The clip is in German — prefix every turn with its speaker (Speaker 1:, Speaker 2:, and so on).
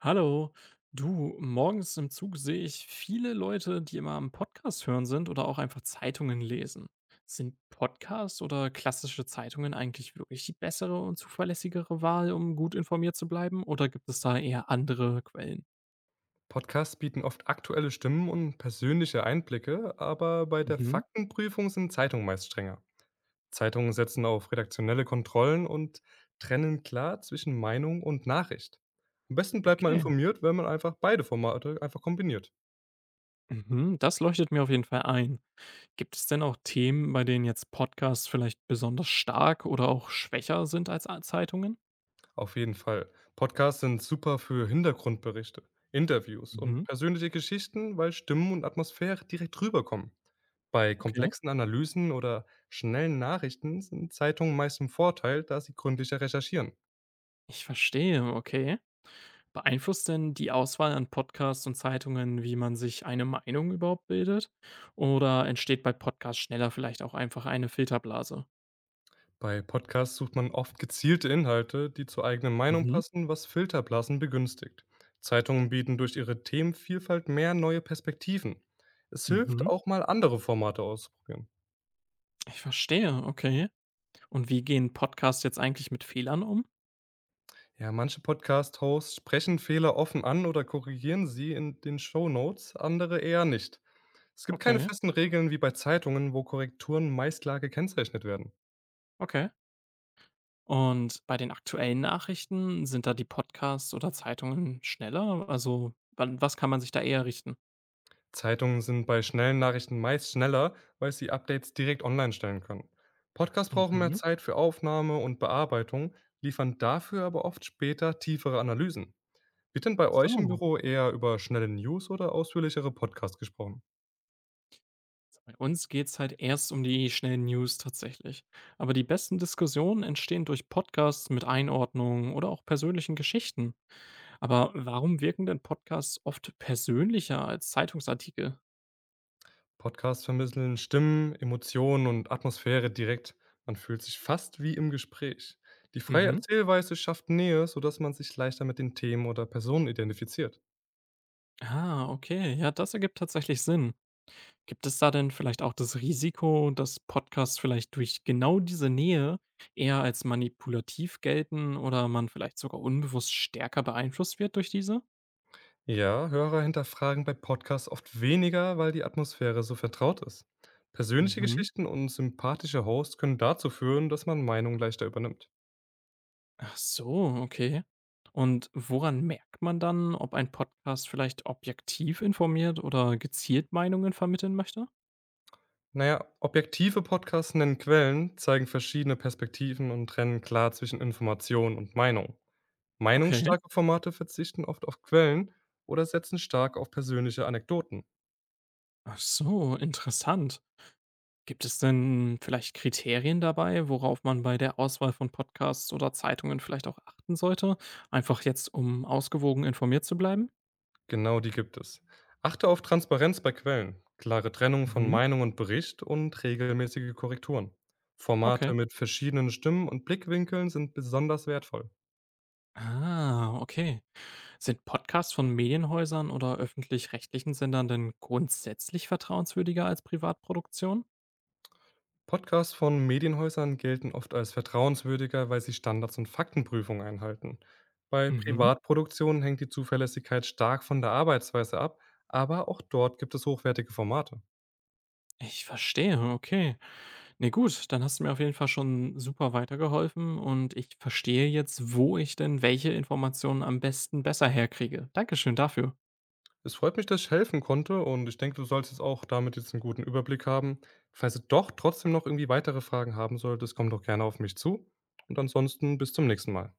Speaker 1: Hallo, du, morgens im Zug sehe ich viele Leute, die immer am Podcast hören sind oder auch einfach Zeitungen lesen. Sind Podcasts oder klassische Zeitungen eigentlich wirklich die bessere und zuverlässigere Wahl, um gut informiert zu bleiben? Oder gibt es da eher andere Quellen?
Speaker 2: Podcasts bieten oft aktuelle Stimmen und persönliche Einblicke, aber bei der
Speaker 1: Mhm.
Speaker 2: Faktenprüfung sind Zeitungen meist strenger. Zeitungen setzen auf redaktionelle Kontrollen und trennen klar zwischen Meinung und Nachricht. Am besten bleibt man
Speaker 1: Okay,
Speaker 2: informiert, wenn man einfach beide Formate einfach kombiniert.
Speaker 1: mhm, das leuchtet mir auf jeden Fall ein. Gibt es denn auch Themen, bei denen jetzt Podcasts vielleicht besonders stark oder auch schwächer sind als Zeitungen?
Speaker 2: Auf jeden Fall. Podcasts sind super für Hintergrundberichte, Interviews und
Speaker 1: Mhm.
Speaker 2: persönliche Geschichten, weil Stimmen und Atmosphäre direkt rüberkommen. Bei
Speaker 1: Okay.
Speaker 2: komplexen Analysen oder schnellen Nachrichten sind Zeitungen meist im Vorteil, da sie gründlicher recherchieren.
Speaker 1: Ich verstehe, okay. Beeinflusst denn die Auswahl an Podcasts und Zeitungen, wie man sich eine Meinung überhaupt bildet? Oder entsteht bei Podcasts schneller vielleicht auch einfach eine Filterblase?
Speaker 2: Bei Podcasts sucht man oft gezielte Inhalte, die zur eigenen Meinung
Speaker 1: Mhm,
Speaker 2: passen, was Filterblasen begünstigt. Zeitungen bieten durch ihre Themenvielfalt mehr neue Perspektiven. Es hilft
Speaker 1: mhm.
Speaker 2: auch mal andere Formate auszuprobieren.
Speaker 1: Ich verstehe, okay. Und wie gehen Podcasts jetzt eigentlich mit Fehlern um?
Speaker 2: Ja, manche Podcast-Hosts sprechen Fehler offen an oder korrigieren sie in den Shownotes, andere eher nicht. Es gibt keine
Speaker 1: Okay,
Speaker 2: festen Regeln wie bei Zeitungen, wo Korrekturen meist klar gekennzeichnet werden.
Speaker 1: okay. Und bei den aktuellen Nachrichten sind da die Podcasts oder Zeitungen schneller? Also, was kann man sich da eher richten?
Speaker 2: Zeitungen sind bei schnellen Nachrichten meist schneller, weil sie Updates direkt online stellen können. Podcasts brauchen mehr
Speaker 1: Mhm.
Speaker 2: Zeit für Aufnahme und Bearbeitung, liefern dafür aber oft später tiefere Analysen. Wird denn bei euch im
Speaker 1: So.
Speaker 2: Büro eher über schnelle News oder ausführlichere Podcasts gesprochen?
Speaker 1: Bei uns geht's halt erst um die schnellen News tatsächlich. Aber die besten Diskussionen entstehen durch Podcasts mit Einordnungen oder auch persönlichen Geschichten. Aber warum wirken denn Podcasts oft persönlicher als Zeitungsartikel?
Speaker 2: Podcasts vermitteln Stimmen, Emotionen und Atmosphäre direkt. Man fühlt sich fast wie im Gespräch. Die freie
Speaker 1: Mhm.
Speaker 2: Erzählweise schafft Nähe, sodass man sich leichter mit den Themen oder Personen identifiziert.
Speaker 1: Ah, okay. Ja, das ergibt tatsächlich Sinn. Gibt es da denn vielleicht auch das Risiko, dass Podcasts vielleicht durch genau diese Nähe eher als manipulativ gelten oder man vielleicht sogar unbewusst stärker beeinflusst wird durch diese?
Speaker 2: Ja, Hörer hinterfragen bei Podcasts oft weniger, weil die Atmosphäre so vertraut ist. Persönliche
Speaker 1: Mhm.
Speaker 2: Geschichten und sympathische Hosts können dazu führen, dass man Meinungen leichter übernimmt.
Speaker 1: Ach so, okay. Und woran merkt man dann, ob ein Podcast vielleicht objektiv informiert oder gezielt Meinungen vermitteln möchte?
Speaker 2: Naja, objektive Podcasts nennen Quellen, zeigen verschiedene Perspektiven und trennen klar zwischen Information und Meinung.
Speaker 1: Okay.
Speaker 2: Meinungsstarke Formate verzichten oft auf Quellen oder setzen stark auf persönliche Anekdoten.
Speaker 1: Ach so, interessant. Gibt es denn vielleicht Kriterien dabei, worauf man bei der Auswahl von Podcasts oder Zeitungen vielleicht auch achten sollte? Einfach jetzt, um ausgewogen informiert zu bleiben?
Speaker 2: Genau, die gibt es. Achte auf Transparenz bei Quellen, klare Trennung von
Speaker 1: Mhm.
Speaker 2: Meinung und Bericht und regelmäßige Korrekturen.
Speaker 1: Okay.
Speaker 2: Formate mit verschiedenen Stimmen und Blickwinkeln sind besonders wertvoll.
Speaker 1: Ah, okay. Sind Podcasts von Medienhäusern oder öffentlich-rechtlichen Sendern denn grundsätzlich vertrauenswürdiger als Privatproduktionen?
Speaker 2: Podcasts von Medienhäusern gelten oft als vertrauenswürdiger, weil sie Standards und Faktenprüfungen einhalten. Bei
Speaker 1: Mhm.
Speaker 2: Privatproduktionen hängt die Zuverlässigkeit stark von der Arbeitsweise ab, aber auch dort gibt es hochwertige Formate.
Speaker 1: Ich verstehe, okay. Ne, gut, dann hast du mir auf jeden Fall schon super weitergeholfen und ich verstehe jetzt, wo ich denn welche Informationen am besten besser herkriege. Dankeschön dafür.
Speaker 2: Es freut mich, dass ich helfen konnte, und ich denke, du sollst jetzt auch damit jetzt einen guten Überblick haben. Falls du doch trotzdem noch irgendwie weitere Fragen haben solltest, komm doch gerne auf mich zu und ansonsten bis zum nächsten Mal.